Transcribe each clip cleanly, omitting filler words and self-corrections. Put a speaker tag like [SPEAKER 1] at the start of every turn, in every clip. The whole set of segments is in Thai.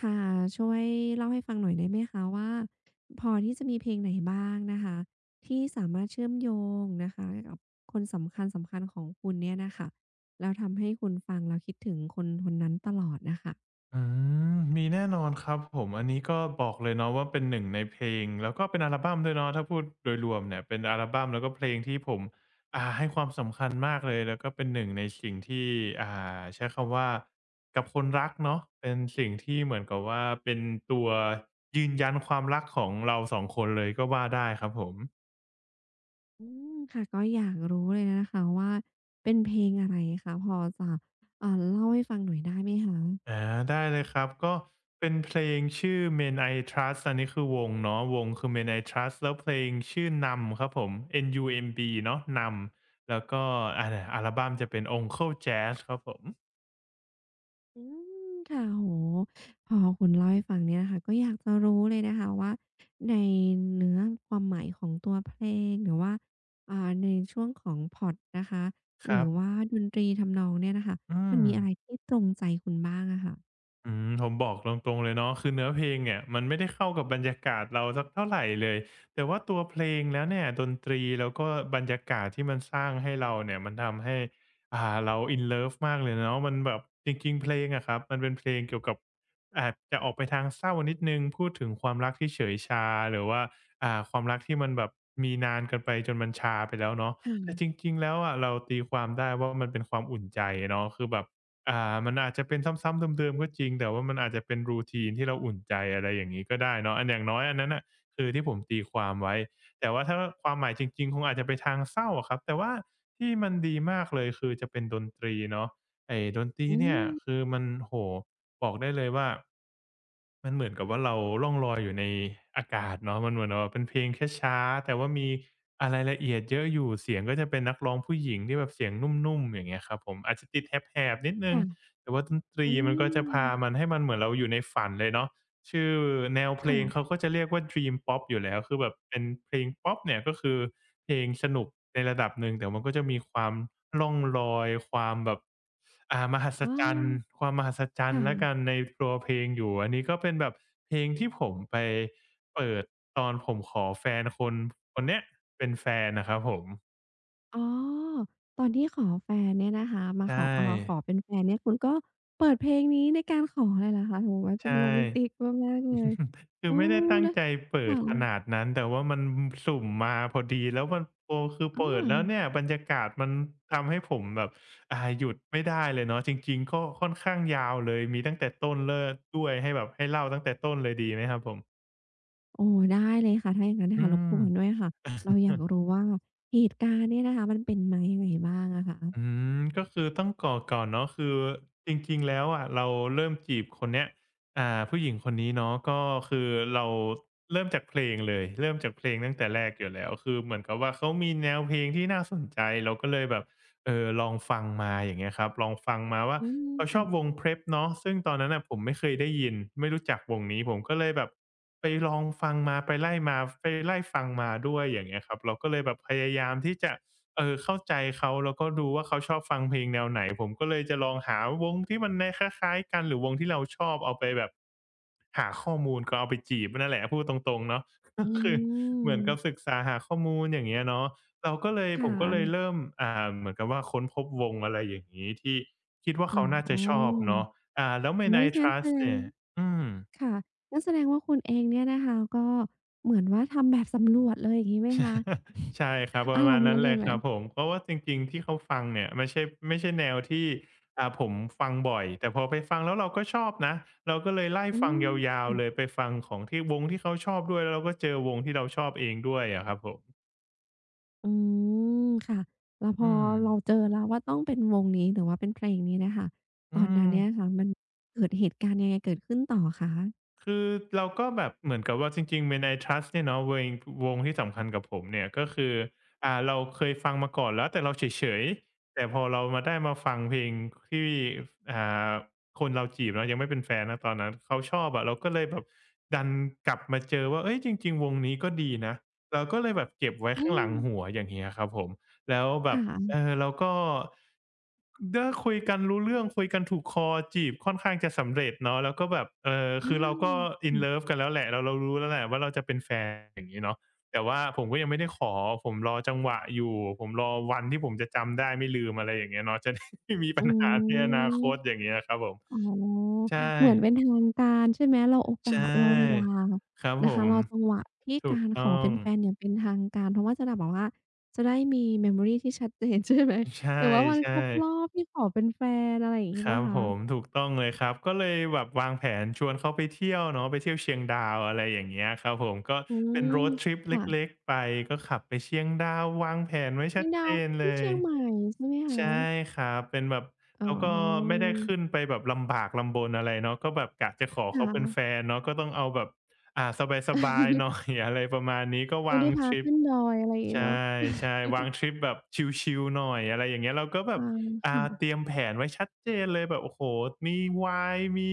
[SPEAKER 1] ค่ะช่วยเล่าให้ฟังหน่อยได้ไหมคะว่าพอที่จะมีเพลงไหนบ้างนะคะที่สามารถเชื่อมโยงนะคะกับคนสำคัญสำคัญของคุณเนี่ยน่ะค่ะแล้วทำให้คุณฟังแล้วคิดถึงคนคนนั้นตลอดน่ะค่ะ
[SPEAKER 2] อืมมีแน่นอนครับผมอันนี้ก็บอกเลยเนาะว่าเป็นหนึ่งในเพลงแล้วก็เป็นอัลบัมด้วยเนาะถ้าพูดโดยรวมเนี่ยเป็นอัลบัมแล้วก็เพลงที่ผมให้ความสำคัญมากเลยแล้วก็เป็น1ในสิ่งที่อ่าใช้คำว่ากับคนรักเนาะเป็นสิ่งที่เหมือนกับว่าเป็นตัวยืนยันความรักของเราสองคนเลยก็ว่าได้ครับผม
[SPEAKER 1] อืมค่ะก็อยากรู้เลยนะคะว่าเป็นเพลงอะไรคะพอจะเล่าให้ฟังหน่อยได้ไหมคะ
[SPEAKER 2] อาได้เลยครับก็เป็นเพลงชื่อ Men I Trust อันนี้คือวงเนาะวงคือ Men I Trust แล้วเพลงชื่อ n u m ครับผม N-U-M-B เอ็มบีเนาะ n u m แล้วก็อาอัลบัมจะเป็น Uncle Jazz ครับผม
[SPEAKER 1] อืมค่ะโอ้โฮพอคุณเล่าให้ฟังเนี่ยนะค่ะก็อยากจะรู้เลยนะคะว่าในเนื้อความหมายของตัวเพลงหรือว่าอ่าในช่วงของพอร์ตนะคะ
[SPEAKER 2] ค
[SPEAKER 1] หรื
[SPEAKER 2] รั
[SPEAKER 1] อ
[SPEAKER 2] บ
[SPEAKER 1] ว่าดนตรีทำนองเนี่ยน่ะค่ะ
[SPEAKER 2] อื
[SPEAKER 1] มัน
[SPEAKER 2] ม
[SPEAKER 1] มีอะไรที่ตรงใจคุณบ้างอะค่ะ
[SPEAKER 2] อืมผมบอกตรงๆเลยเนาะคือเนื้อเพลงเนี่ยมันไม่ได้เข้ากับบรรยากาศเราสักเท่าไหรเลยแต่ว่าตัวเพลงแล้วเนี่ยดนตรีแล้วก็บรรยากาศที่มันสร้างให้เราเนี่ยมันทำให้เรา i น l o ิฟมากเลยเนาะมันแบบจริงๆเพลงอะครับมันเป็นเพลงเกี่ยวกับอาจจะออกไปทางเศร้านิดนึงพูดถึงความรักที่เฉยชาหรือว่าความรักที่มันแบบมีนานกันไปจนมันชาไปแล้วเนาะ
[SPEAKER 1] ค่
[SPEAKER 2] แต่
[SPEAKER 1] ะ
[SPEAKER 2] จริงๆแล้วอะเราตีความได้ว่ามันเป็นความอุ่นใจเนาะคือแบบ มันอาจจะเป็นซ้ำๆเดิมๆก็จริงแต่ว่ามันอาจจะเป็น routine ที่เราอุ่นใจอะไรอย่างงี้ก็ได้เนาะอันอย่างน้อยอันนั้นน่ะคือที่ผมตีความไว้แต่ว่าถ้าความหมายจริงๆคงอาจจะไปทางเศร้าอะครับแต่ว่าที่มันดีมากเลยคือจะเป็นดนตรีเนาะไอ้ดนตรี
[SPEAKER 1] อื
[SPEAKER 2] เนี่ย
[SPEAKER 1] ม
[SPEAKER 2] คือมันโอ้โฮบอกได้เลยว่า มันเหมือนกับว่าเราล่องลอยอยู่ในอากาศเนาะมันเหมือนแบบว่าเป็นเพลงช้าๆแต่ว่ามีอะไรละเอียดเยอะอยู่เสียงก็จะเป็นนักร้องผู้หญิงที่แบบเสียงนุ่มๆอย่างเงี้ยครับผมอาจจะติดแหบๆนิดหนึ่ง
[SPEAKER 1] ค่ะ
[SPEAKER 2] แต่ว่าดนตรี
[SPEAKER 1] อื
[SPEAKER 2] มันก็จะ
[SPEAKER 1] ม
[SPEAKER 2] พามันให้มันเหมือนเราอยู่ในฝันเลยเนาะ ชื่อแนวเพลงเขา
[SPEAKER 1] ค่ะ
[SPEAKER 2] ก็จะเรียกว่า Dream Pop อยู่แล้วคือแบบเป็นเพลงพ็อปเนี่ยก็คือเพลงสนุกในระดับหนึ่งแต่มันก็จะมีความร่องรอยความแบบมหัศ
[SPEAKER 1] อ้อ
[SPEAKER 2] จรรย์ความมหัศจรรย์แล้วกั
[SPEAKER 1] ค่ะ
[SPEAKER 2] นในตัวเพลงอยู่อันนี้ก็เป็นแบบเพลงที่ผมไปเปิดตอนผมขอแฟนคนเนี้ยเป็นแฟนน่ะครับผม
[SPEAKER 1] อ๋อตอนที่ขอแฟนเนี่ยนะคะมาข
[SPEAKER 2] ใช่
[SPEAKER 1] อขอเป็นแฟนเนี่ยคุณก็เปิดเพลงนี้ในการขอเลยเหรอคะโอ้โฮมันเป็
[SPEAKER 2] ใช่
[SPEAKER 1] นโรแมนติกมากๆเลย
[SPEAKER 2] คือ
[SPEAKER 1] อื
[SPEAKER 2] ไม่ได้
[SPEAKER 1] ม
[SPEAKER 2] ตั้ง
[SPEAKER 1] แล้ว
[SPEAKER 2] ใจเปิ
[SPEAKER 1] ค
[SPEAKER 2] ดขนา
[SPEAKER 1] ่ะ
[SPEAKER 2] ดนั้นแต่ว่ามันสุ่มมาพอดีแล้วมันโอ้คือ
[SPEAKER 1] อ
[SPEAKER 2] เปิดแล้วเนี่
[SPEAKER 1] า
[SPEAKER 2] ยบรรยากาศมันทำให้ผมแบบหยุดไม่ได้เลยเนาะจริงๆก็ค่อนข้างยาวเลยมีตั้งแต่ต้นเลิศด้วยให้แบบให้เล่าตั้งแต่ต้นเลยดีไหมครับผม
[SPEAKER 1] โอ้ได้เลยค่ะถ้าอย่างงั้นน่ะ
[SPEAKER 2] อื
[SPEAKER 1] ค่ะรบก
[SPEAKER 2] ม
[SPEAKER 1] วนด้วยค่ะเราอยากรู้ว่าเหตุการณ์เนี่ยนะคะมันเป็นมายังไงบ้างอะคะ
[SPEAKER 2] อืมก็คือต้องก่อนเนาะคือจริงๆแล้วอะเราเริ่มจีบคนเนี้ยผู้หญิงคนนี้เนาะก็คือเราเริ่มจากเพลงเลยเริ่มจากเพลงตั้งแต่แรกอยู่แล้วคือเหมือนกับว่าเขามีแนวเพลงที่น่าสนใจเราก็เลยแบบลองฟังมาอย่างเงี้ยครับลองฟังมาว่า
[SPEAKER 1] อืม
[SPEAKER 2] เราชอบว
[SPEAKER 1] ค่ะ
[SPEAKER 2] ง Prep เนาะซึ่งตอนนั้นน่ะผมไม่เคยได้ยินไม่รู้จักวงนี้ผมก็เลยแบบไปลองฟังมาไปไล่มาไปไล่ฟังมาด้วยอย่างเงี้ยครับเราก็เลยแบบพยายามที่จะ เข้าใจเขาแล้วก็ดูว่าเขาชอบฟังเพลงแนวไหนผมก็เลยจะลองหาวงที่มันในคล้ายๆกันหรือวงที่เราชอบเอาไปแบบหาข้อมูลก็เอาไปจีบนั่นแหละพูดตรงๆเนาะ ก็
[SPEAKER 1] อื
[SPEAKER 2] คือเหมือนกับศึก
[SPEAKER 1] ม
[SPEAKER 2] ษาหาข้อมูลอย่างเงี้ยเนาะเราก็เลย
[SPEAKER 1] ค
[SPEAKER 2] ผมก็เลย
[SPEAKER 1] ่ะ
[SPEAKER 2] เริ่มเหมือนกับว่าค้นพบวงอะไรอย่างงี้ที่คิดว่า
[SPEAKER 1] อ๋อ
[SPEAKER 2] เขาน่า
[SPEAKER 1] โอ้
[SPEAKER 2] จะชอบเนาะ
[SPEAKER 1] โ
[SPEAKER 2] แล้ว
[SPEAKER 1] ฮ
[SPEAKER 2] Men
[SPEAKER 1] ง
[SPEAKER 2] I
[SPEAKER 1] ั้นแส
[SPEAKER 2] Trust
[SPEAKER 1] ดง
[SPEAKER 2] เนี่ยอืม
[SPEAKER 1] ค่ะนั่นแสดงว่าคุณเองเนี่ยนะคะก็เหมือนว่าทำแบบสำรวจเลยอย่างงี้ไหมคะ
[SPEAKER 2] ใช่ครับป
[SPEAKER 1] อา
[SPEAKER 2] ระ
[SPEAKER 1] ร
[SPEAKER 2] มาณ
[SPEAKER 1] มณ์
[SPEAKER 2] นั้น
[SPEAKER 1] นั้น
[SPEAKER 2] เล
[SPEAKER 1] เล
[SPEAKER 2] ย
[SPEAKER 1] ยไห
[SPEAKER 2] ค
[SPEAKER 1] ม
[SPEAKER 2] รับผมเพราะว่าจริงๆที่เขาฟังเนี่ยไม่ใช่ไม่ใช่แนวที่ผมฟังบ่อยแต่พอไปฟังแล้วเราก็ชอบนะเราก็เลยไล่
[SPEAKER 1] อื
[SPEAKER 2] ฟัง
[SPEAKER 1] ม
[SPEAKER 2] ยาวๆเล
[SPEAKER 1] ค่ะ
[SPEAKER 2] ยไปฟังของที่วงที่เขาชอบด้วยแล้วเราก็เจอวงที่เราชอบเองด้วยอะครับผม
[SPEAKER 1] อืมค่ะแล้วพ
[SPEAKER 2] อื
[SPEAKER 1] อ
[SPEAKER 2] ม
[SPEAKER 1] เราเจอแล้วว่าต้องเป็นวงนี้หรือว่าเป็นเพลงนี้น่ะค่ะต
[SPEAKER 2] อื
[SPEAKER 1] อนนั้นเนี่ย
[SPEAKER 2] ม
[SPEAKER 1] ค่ะมันเกิดเหตุการณ์ยังไงเกิดขึ้นต่อคะ
[SPEAKER 2] คือเราก็แบบเหมือนกับว่าจริงๆ Men I Trust เนี่ยเนาะวงที่สำคัญกับผมเนี่ยก็คือเราเคยฟังมาก่อนแล้วแต่เราเฉยๆแต่พอเรามาได้มาฟังเพลงที่อ่าคนเราจีบเนาะยังไม่เป็นแฟนนะตอนนั้นเขาชอบอะเราก็เลยแบบดันกลับมาเจอว่าเอ้ยจริงๆวงนี้ก็ดีนะเราก็เลยแบบเก็บไว้
[SPEAKER 1] อื
[SPEAKER 2] ข้างหลั
[SPEAKER 1] ม
[SPEAKER 2] งหัวอย่างเงี้ยครับผมแล้วแบบ เอ
[SPEAKER 1] ค่ะ
[SPEAKER 2] อแล้วก็เด้อคุยกันรู้เรื่องคุยกันถูกคอจีบค่อนข้างจะสำเร็จเนาะแล้วก็แบบคือ
[SPEAKER 1] อา
[SPEAKER 2] เราก็ in love กันแล้วแหละเรารู้แล้วแหละว่าเราจะเป็นแฟนอย่างงี้เนาะแต่ว่าผมก็ยังไม่ได้ขอผมรอจังหวะอยู่ผมรอวันที่ผมจะจำได้ไม่ลืมอะไรอย่างเงี้ยเนาะจะได้ไม่มี
[SPEAKER 1] อื
[SPEAKER 2] ปัญหาในอ
[SPEAKER 1] ม
[SPEAKER 2] นาคตอย่างเงี้ยครับผม
[SPEAKER 1] อ๋อ
[SPEAKER 2] ใช่
[SPEAKER 1] เหมือนเป็นทางการใช่ไหมรอโอ
[SPEAKER 2] ใช
[SPEAKER 1] กาสรอเวลา
[SPEAKER 2] ่ครับผ
[SPEAKER 1] นะคะ
[SPEAKER 2] ม
[SPEAKER 1] รอจังหวะที่
[SPEAKER 2] ถู
[SPEAKER 1] กา
[SPEAKER 2] ก
[SPEAKER 1] รขอ
[SPEAKER 2] ต้อ
[SPEAKER 1] เป็
[SPEAKER 2] ง
[SPEAKER 1] นแฟนอย่างเป็นทางการเพราะว่าจะได้แบบว่าจะได้มี memory ที่ชัดเจนใช่ไหม
[SPEAKER 2] ใช
[SPEAKER 1] หรือว่าวันคร
[SPEAKER 2] ่
[SPEAKER 1] บรอ
[SPEAKER 2] ๆ
[SPEAKER 1] บที่ขอเป็นแฟนอะไรอย่าง
[SPEAKER 2] ค
[SPEAKER 1] งี้
[SPEAKER 2] รั
[SPEAKER 1] เปล่า
[SPEAKER 2] บผม
[SPEAKER 1] คะ
[SPEAKER 2] ถูกต้องเลยครับก็เลยแบบวางแผนชวนเขาไปเที่ยวเนาะไปเที่ยวเชียงดาวอะไรอย่างเงี้ยครับผมก็
[SPEAKER 1] อื
[SPEAKER 2] เป็น
[SPEAKER 1] ม
[SPEAKER 2] r รดท trip เล็ก
[SPEAKER 1] ค่ะ
[SPEAKER 2] ๆไปก็ขับไปเชียงดาววางแผนไว้
[SPEAKER 1] จ
[SPEAKER 2] ชั
[SPEAKER 1] ริ
[SPEAKER 2] ด
[SPEAKER 1] ง
[SPEAKER 2] เจ
[SPEAKER 1] ดาว
[SPEAKER 2] นเล
[SPEAKER 1] ที่
[SPEAKER 2] ย
[SPEAKER 1] เชียงใหม่ใช่ไหมคะ
[SPEAKER 2] ใช่ครับเป็นแบบ
[SPEAKER 1] อ๋
[SPEAKER 2] เราก็ไม่
[SPEAKER 1] อ
[SPEAKER 2] ได้ขึ้นไปแบบลำบากลำบนอะไรเนาะก็แบบกะจะขอเขา
[SPEAKER 1] ค่ะ
[SPEAKER 2] เป็นแฟนเนาะก็ต้องเอาแบบอ่าสบายๆหน่อย อะไรประมาณนี้ก็
[SPEAKER 1] ไม่
[SPEAKER 2] วาง
[SPEAKER 1] ได้
[SPEAKER 2] ท
[SPEAKER 1] พา
[SPEAKER 2] ริป
[SPEAKER 1] ขึ้นดอยอะไรอย่างงี้เนาะ
[SPEAKER 2] ใช่ใช่ วางทริปแบบชิลๆหน่อยอะไรอย่างเงี้ยเราก็แบบ
[SPEAKER 1] อา
[SPEAKER 2] เต
[SPEAKER 1] ค่ะ
[SPEAKER 2] รียมแผนไว้ชัดเจนเลยแบบโอ้โฮมีไวน์มี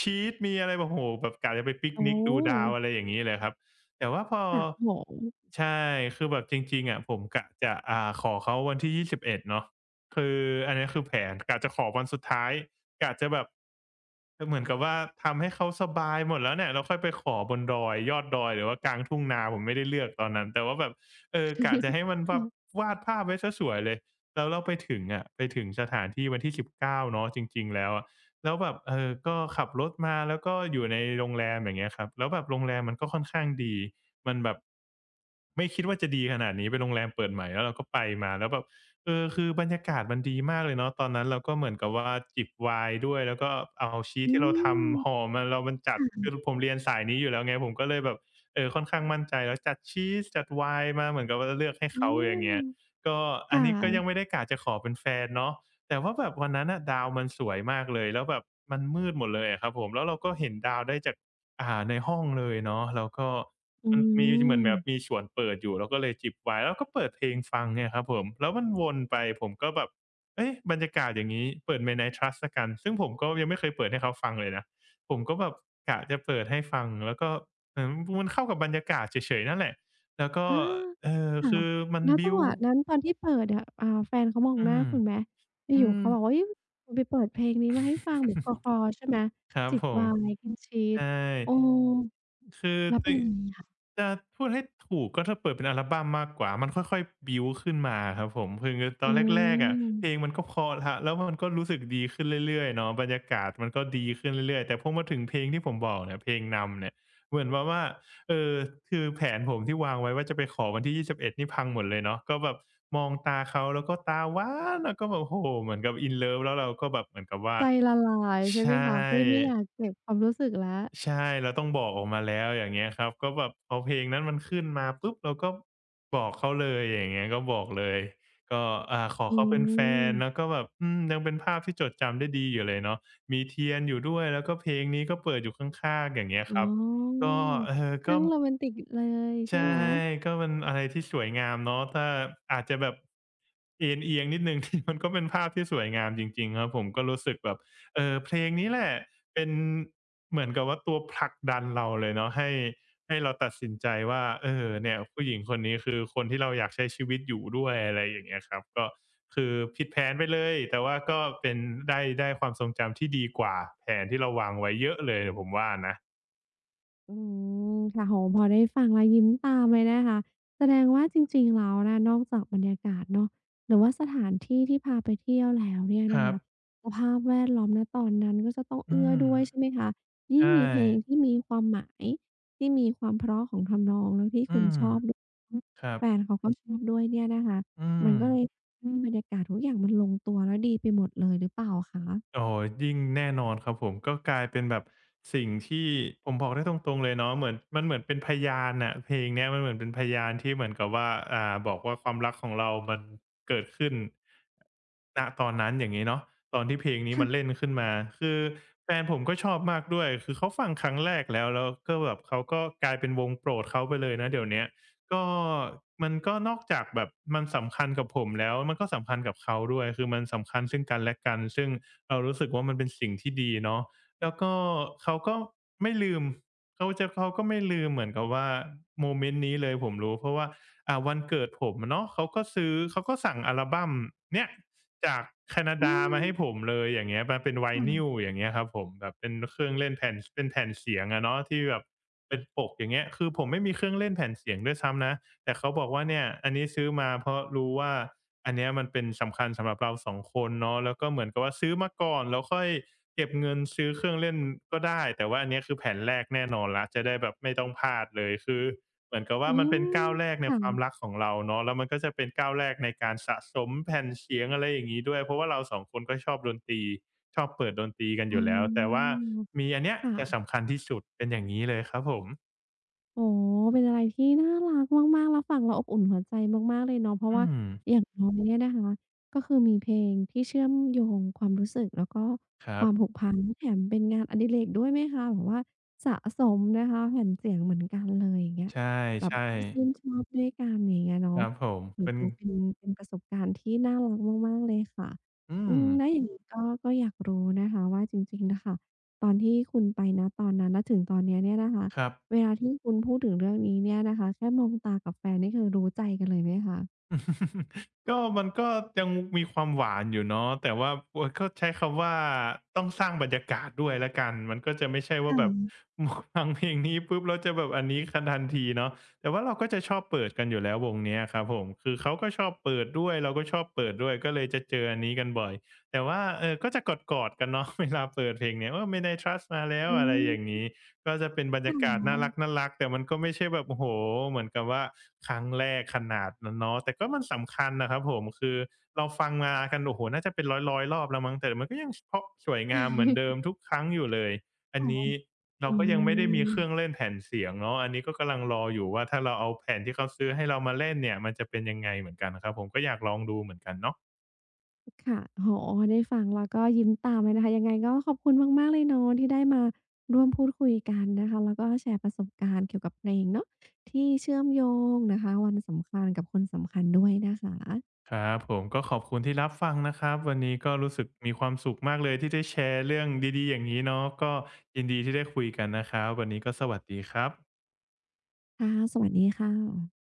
[SPEAKER 2] ชีสมีอะไรแบบโอ้โฮแบบกะจะไปปิก
[SPEAKER 1] โอ
[SPEAKER 2] นิกดูดาว
[SPEAKER 1] ้
[SPEAKER 2] อะไรอย่างงี้เลยครับแต่ว่าพอ
[SPEAKER 1] ค่ะโอ้โฮ
[SPEAKER 2] ใช่คือแบบจริงๆอะผมกะจะขอเขาวันที่21เอ็ดเนาะคืออันนี้คือแผนกะจะขอวันสุดท้ายกะจะแบบคือเหมือนกับว่าทำให้เขาสบายหมดแล้วเนี่ยแล้วค่อยไปขอบนดอยยอดดอยหรือว่ากลางทุ่งนาผมไม่ได้เลือกตอนนั้นแต่ว่าแบบเออกะจะให้ มันแบบวาดภาพไว้เสียสวยเลย แล้วเราไปถึงอะไปถึงสถานที่วันที่19เก้าเนาะจริงๆแล้วอะแล้วแบบเออก็ขับรถมาแล้วก็อยู่ในโรงแรมอย่างเงี้ยครับแล้วแบบโรงแรมมันก็ค่อนข้างดีมันแบบไม่คิดว่าจะดีขนาดนี้เป็นโรงแรมเปิดใหม่แล้วเราก็ไปมาแล้วแบบเออคือบรรยากาศมันดีมากเลยเนาะตอนนั้นเราก็เหมือนกับว่าจิบไวน์ด้วยแล้วก็เอาชีส
[SPEAKER 1] อื
[SPEAKER 2] ที่เราทำห่อ
[SPEAKER 1] ม
[SPEAKER 2] มาเรามันจั
[SPEAKER 1] ค
[SPEAKER 2] ด
[SPEAKER 1] ่ะ
[SPEAKER 2] คือผมเรียนสายนี้อยู่แล้วไงผมก็เลยแบบเออค่อนข้างมั่นใจแล้วจัดชีสจัดไวน์มาเหมือนกับว่าเลือกให้
[SPEAKER 1] อา
[SPEAKER 2] เขาอย่างเงี้ย ก็
[SPEAKER 1] ค
[SPEAKER 2] อันนี้ก็ยัง
[SPEAKER 1] ่ะ
[SPEAKER 2] ไม่ได้กะจะขอเป็นแฟนเนาะแต่ว่าแบบวันนั้นน่ะดาวมันสวยมากเลยแล้วแบบมันมืดหมดเลยอะครับผมแล้วเราก็เห็นดาวได้จากในห้องเลยเนาะแล้วก็
[SPEAKER 1] อื
[SPEAKER 2] มันมีเหมือน
[SPEAKER 1] ม
[SPEAKER 2] แบบมีฉวนเปิดอยู่เราก็เลยจิบไวน์แล้วก็เปิดเพลงฟังเนี่ยครับผมแล้วมันวนไปผมก็แบบเอ๊ะบรรยากาศอย่างงี้เปิด Midnight Trust แล้วกันซึ่งผมก็ยังไม่เคยเปิดให้เขาฟังเลยนะผมก็แบบกะจะเปิดให้ฟังแล้วก็เอ่อมันเข้ากับบรรยากาศเฉยๆนั่นแหละแล้วก็
[SPEAKER 1] อาค่ะ
[SPEAKER 2] คือมัน
[SPEAKER 1] แล้ว
[SPEAKER 2] บิ
[SPEAKER 1] จัง
[SPEAKER 2] ล
[SPEAKER 1] ห
[SPEAKER 2] ด์
[SPEAKER 1] วะนั้นตอนที่เปิดอะแฟนเขามอง
[SPEAKER 2] อื
[SPEAKER 1] หน้า
[SPEAKER 2] ม
[SPEAKER 1] คุณไหม
[SPEAKER 2] อื
[SPEAKER 1] อยู่ๆ
[SPEAKER 2] ม
[SPEAKER 1] เขาบอกว่าเฮ้ยคุณไปเปิดเพลงนี้มาให้ฟังแบบคลอๆใช่ไหม
[SPEAKER 2] ครับ
[SPEAKER 1] จิบ
[SPEAKER 2] ผ
[SPEAKER 1] ไว
[SPEAKER 2] ม
[SPEAKER 1] น์กินชีส
[SPEAKER 2] ใช่
[SPEAKER 1] เออ
[SPEAKER 2] คือ
[SPEAKER 1] แล้วเป็นยังไงคะ
[SPEAKER 2] จะพูดให้ถูกก็ถ้าเปิดเป็นอัลบัมมากกว่ามันค่อยๆบิลด์ขึ้นมาครับผมคือตอ
[SPEAKER 1] อื
[SPEAKER 2] นแรกๆอะเพลง
[SPEAKER 1] ม
[SPEAKER 2] มันก็เพราะแล้วแล้วมันก็รู้สึกดีขึ้นเรื่อยๆเนาะบรรยากาศมันก็ดีขึ้นเรื่อยๆแต่พอมาถึงเพลงที่ผมบอกเนี่ยเพลงนำเนี่ยเหมือนแบบว่าเอ่อคือแผนผมที่วางไว้ว่าจะไปขอวันที่ยี่สิบเอ็ดนี่พังหมดเลยเนาะก็แบบมองตาเขาแล้วก็ตาหวานแล้วก็แบบโอ้โฮเหมือนกับ in love แล้วเราก็แบบเหมือนกับว่า
[SPEAKER 1] ใจละลายใช่ไหม
[SPEAKER 2] ใช่
[SPEAKER 1] คะไม่ไม่อยากเก็บความรู้สึกแล้ว
[SPEAKER 2] ใช่เราต้องบอกออกมาแล้วอย่างเงี้ยครับก็แบบพอเพลงนั้นมันขึ้นมาปุ๊บเราก็บอกเขาเลยอย่างเงี้ยก็บอกเลยก็ขอ
[SPEAKER 1] อื
[SPEAKER 2] เขาเป็นแฟนแล้ว
[SPEAKER 1] ม
[SPEAKER 2] ก็แบบอืมยังเป็นภาพที่จดจำได้ดีอยู่เลยเนาะมีเทียนอยู่ด้วยแล้วก็เพลงนี้ก็เปิดอยู่ข้างๆอย่างเงี้ย
[SPEAKER 1] อ๋
[SPEAKER 2] ครับ
[SPEAKER 1] อ
[SPEAKER 2] ก็เออก็
[SPEAKER 1] ช่างโรแมนติกเลยใช่
[SPEAKER 2] ใช่
[SPEAKER 1] ไหม
[SPEAKER 2] ก็มันอะไรที่สวยงามเนาะถ้าอาจจะแบบเอียงๆนิดหนึ่ง ที่มันก็เป็นภาพที่สวยงามจริงๆครับผมก็รู้สึกแบบเออเพลงนี้แหละเป็นเหมือนกับว่าตัวผลักดันเราเลยเนาะให้เราตัดสินใจว่าเออเนี่ยผู้หญิงคนนี้คือคนที่เราอยากใช้ชีวิตอยู่ด้วยอะไรอย่างเงี้ยครับก็คือผิดแผนไปเลยแต่ว่าก็เป็นได้ความทรงจำที่ดีกว่าแผนที่เราวางไว้เยอะเลยผมว่านะ
[SPEAKER 1] อืมค่ะโอ้โฮพอได้ฟังแล้วยิ้มตามเลยนะคะแสดงว่าจริงๆแล้วนะนอกจากบรรยากาศเนาะหรือว่าสถานที่ที่พาไปเที่ยวแล้วเนี่ย
[SPEAKER 2] ค
[SPEAKER 1] นะ
[SPEAKER 2] รับ
[SPEAKER 1] คะสภาพแวดล้อมณตอนนั้นก็จะต้อง
[SPEAKER 2] อื
[SPEAKER 1] เอื้อ
[SPEAKER 2] ม
[SPEAKER 1] ด้วยใช่ไหมคะยิ่
[SPEAKER 2] ใช่
[SPEAKER 1] งมีเพลงที่มีความหมายที่มีความเพราะของทำนองแล้วที่
[SPEAKER 2] อื
[SPEAKER 1] คุณ
[SPEAKER 2] ม
[SPEAKER 1] ชอบด้วย
[SPEAKER 2] ครับ
[SPEAKER 1] แฟนเขาก็ชอบด้วยเนี่ยนะคะ
[SPEAKER 2] อื
[SPEAKER 1] มั
[SPEAKER 2] ม
[SPEAKER 1] นก็เลยอืมบรรยากาศทุกอย่างมันลงตัวแล้วดีไปหมดเลยหรือเปล่าคะ
[SPEAKER 2] โอ้โฮยิ่งแน่นอนครับผม ก็กลายเป็นแบบสิ่งที่ผมบอกได้ตรงๆเลยเนาะเหมือนมันเหมือนเป็นพยานน่ะเพลงเนี้ยมันเหมือนเป็นพยานที่เหมือนกับว่าบอกว่าความรักของเรามันเกิดขึ้นณตอนนั้นอย่างงี้เนาะตอนที่เพลงนี้มันเล่นขึ้นมาคือแฟนผมก็ชอบมากด้วยคือเขาฟังครั้งแรกแล้วก็แบบเขาก็กลายเป็นวงโปรดเขาไปเลยนะเดี๋ยวเนี้ยก็มันก็นอกจากแบบมันสำคัญกับผมแล้ว มันก็สำคัญกับเขาด้วย คือมันสำคัญซึ่งกันและกันซึ่ง เรารู้สึกว่ามันเป็นสิ่งที่ดีเนาะแล้วก็เขาก็ไม่ลืมเขาก็ไม่ลืมเหมือนกับว่าโมเมนต์นี้เลยผมรู้เพราะว่าวันเกิดผมอะเนาะเขาก็สั่งอัลบัมเนี้ยจากแคนา
[SPEAKER 1] อื
[SPEAKER 2] ดา
[SPEAKER 1] ม
[SPEAKER 2] มาให้ผมเลยอย่างเงี้ยมาเป็นไว n ิ l
[SPEAKER 1] ค่ะ
[SPEAKER 2] อย่างเงี้ยครับผมแบบเป็นเครื่องเล่นแผ่นเป็นแผ่นเสียงอะเนาะที่แบบเป็นปกอย่างเงี้ยคือผมไม่มีเครื่องเล่นแผ่นเสียงด้วยซ้ำนะแต่เขาบอกว่าเนี่ยอันนี้ซื้อมาเพราะรู้ว่า อันเนี้ยมันเป็นสำคัญสำหรับเราสองคนเนาะแล้วก็เหมือนกับว่าซื้อมาก่อนแล้วค่อยเก็บเงินซื้อเครื่องเล่นก็ได้แต่ว่าอันเนี้ยคือแผนแรกแน่นอนแล้วจะได้แบบไม่ต้องพลาดเลยคือเหมือนกับว่า
[SPEAKER 1] อื
[SPEAKER 2] มันเป็น
[SPEAKER 1] ม
[SPEAKER 2] ก้าวแรกในความ
[SPEAKER 1] ค่ะ
[SPEAKER 2] รักของเราเนาะแล้วมันก็จะเป็นก้าวแรกในการสะสมแผ่นเสียงอะไรอย่างงี้ด้วยเพราะว่าเราสองคนก็ชอบดนตรีชอบเปิดดนตรีกันอ
[SPEAKER 1] อ๋
[SPEAKER 2] ยู่แล้วแต่ว่า
[SPEAKER 1] อ
[SPEAKER 2] มีอันเนี้ยจะ
[SPEAKER 1] ค่ะ
[SPEAKER 2] สำคัญที่สุดเป็นอย่างงี้เลยครับผม
[SPEAKER 1] โอ้โฮเป็นอะไรที่น่ารักมากๆแล้วฟังแล้วอบอุ่นหัวใจมากๆเลยเนาะเพราะ
[SPEAKER 2] อื
[SPEAKER 1] ว่า
[SPEAKER 2] ม
[SPEAKER 1] อย่างน้อยเนี่ยนะคะก็คือมีเพลงที่เชื่อมโยงความรู้สึกแล้วก็
[SPEAKER 2] ครั
[SPEAKER 1] ค
[SPEAKER 2] บ
[SPEAKER 1] วามผูกพันแถมเป็นงานอดิเรกด้วยไหมคะแบบว่าสะสมนะคะแผ่นเสียงเหมือนกันเลยอย่างเงี้ย
[SPEAKER 2] ใ
[SPEAKER 1] แบบ
[SPEAKER 2] ช่
[SPEAKER 1] ที่ชื่นชอบด้วยกันอย่างเงี้ย
[SPEAKER 2] ๆค
[SPEAKER 1] เนาะ
[SPEAKER 2] รับผม
[SPEAKER 1] โอ้
[SPEAKER 2] เป็น
[SPEAKER 1] โฮเป็นประสบการณ์ที่น่ารักมากๆเลยค่ะ
[SPEAKER 2] อื
[SPEAKER 1] อื
[SPEAKER 2] ม
[SPEAKER 1] มแล้วอย่างงี้ก็อยากรู้นะคะว่าจริงๆน่ะค่ะตอนที่คุณไปณตอนนั้นณถึงตอนเนี้ยเนี่ยนะคะ
[SPEAKER 2] ครับ
[SPEAKER 1] เวลาที่คุณพูดถึงเรื่องนี้เนี่ยนะคะแค่มองตากับแฟนนี่คือรู้ใจกันเลยไหมคะ
[SPEAKER 2] ก็มันก็ยังมีความหวานอยู่เนาะแต่ว่าก็ใช้คำว่าต้องสร้างบรรยากาศด้วยละกันมันก็จะไม่ใช่
[SPEAKER 1] ค
[SPEAKER 2] ว่าแบบ
[SPEAKER 1] ่ะ
[SPEAKER 2] ฟังเพลงนี้ปุ๊บแล้วจะแบบอันนี้คันทันทีเนาะแต่ว่าเราก็จะชอบเปิดกันอยู่แล้ววงเนี้ยครับผมคือเขาก็ชอบเปิดด้วยเราก็ชอบเปิดด้วยก็เลยจะเจออันนี้กันบ่อยแต่ว่าก็จะกอดๆกันเนาะ เวลาเปิดเพลงเนี้ยว่าไม่ได้ trust มาแล้ว
[SPEAKER 1] อื
[SPEAKER 2] อะไรอย่าง
[SPEAKER 1] ม
[SPEAKER 2] นี้ ก็จะเป็นบรร
[SPEAKER 1] ค่
[SPEAKER 2] ยากาศน่า
[SPEAKER 1] ะ
[SPEAKER 2] รักๆแต่มันก็ไม่ใช่แบบโอ้โฮเหมือนกับว่าครั้งแรกขนาดนั้นเนาะแต่ก็มันสำคัญนะครับผมคือเราฟังมากันโอ้โฮน่าจะเป็นร้อยๆรอบแล้วมั้งแต่มันก็ยังเพราะสวยงามเหมือนเดิมทุกครั้งอยู่เลยอัน
[SPEAKER 1] ค่ะ
[SPEAKER 2] นี้เรา
[SPEAKER 1] อื
[SPEAKER 2] ก็ยังไม่ได้มี
[SPEAKER 1] ม
[SPEAKER 2] เครื่องเล่นแผ่นเสียงเนาะอันนี้ก็กำลังรออยู่ว่าถ้าเราเอาแผ่นที่เขาซื้อให้เรามาเล่นเนี่ยมันจะเป็นยังไงเหมือนกันนะครับผมก็อยากลองดูเหมือนกันเนาะ
[SPEAKER 1] ค่ะโอ้โฮได้ฟังแล้วก็ยิ้มตามเลยนะคะยังไงก็ขอบคุณมากๆเลยเนาะที่ได้มาร่วมพูดคุยกันนะคะแล้วก็แชร์ประสบการณ์เกี่ยวกับเพลงเนาะที่เชื่อมโยงนะคะวันสำคัญกับคนสำคัญด้วยนะคะ
[SPEAKER 2] ครับผมก็ขอบคุณที่รับฟังนะครับวันนี้ก็รู้สึกมีความสุขมากเลยที่ได้แชร์เรื่องดีๆอย่างนี้เนาะก็ยินดีที่ได้คุยกันนะครับวันนี้ก็สวัสดีครับ
[SPEAKER 1] ค่ะสวัสดีค่ะ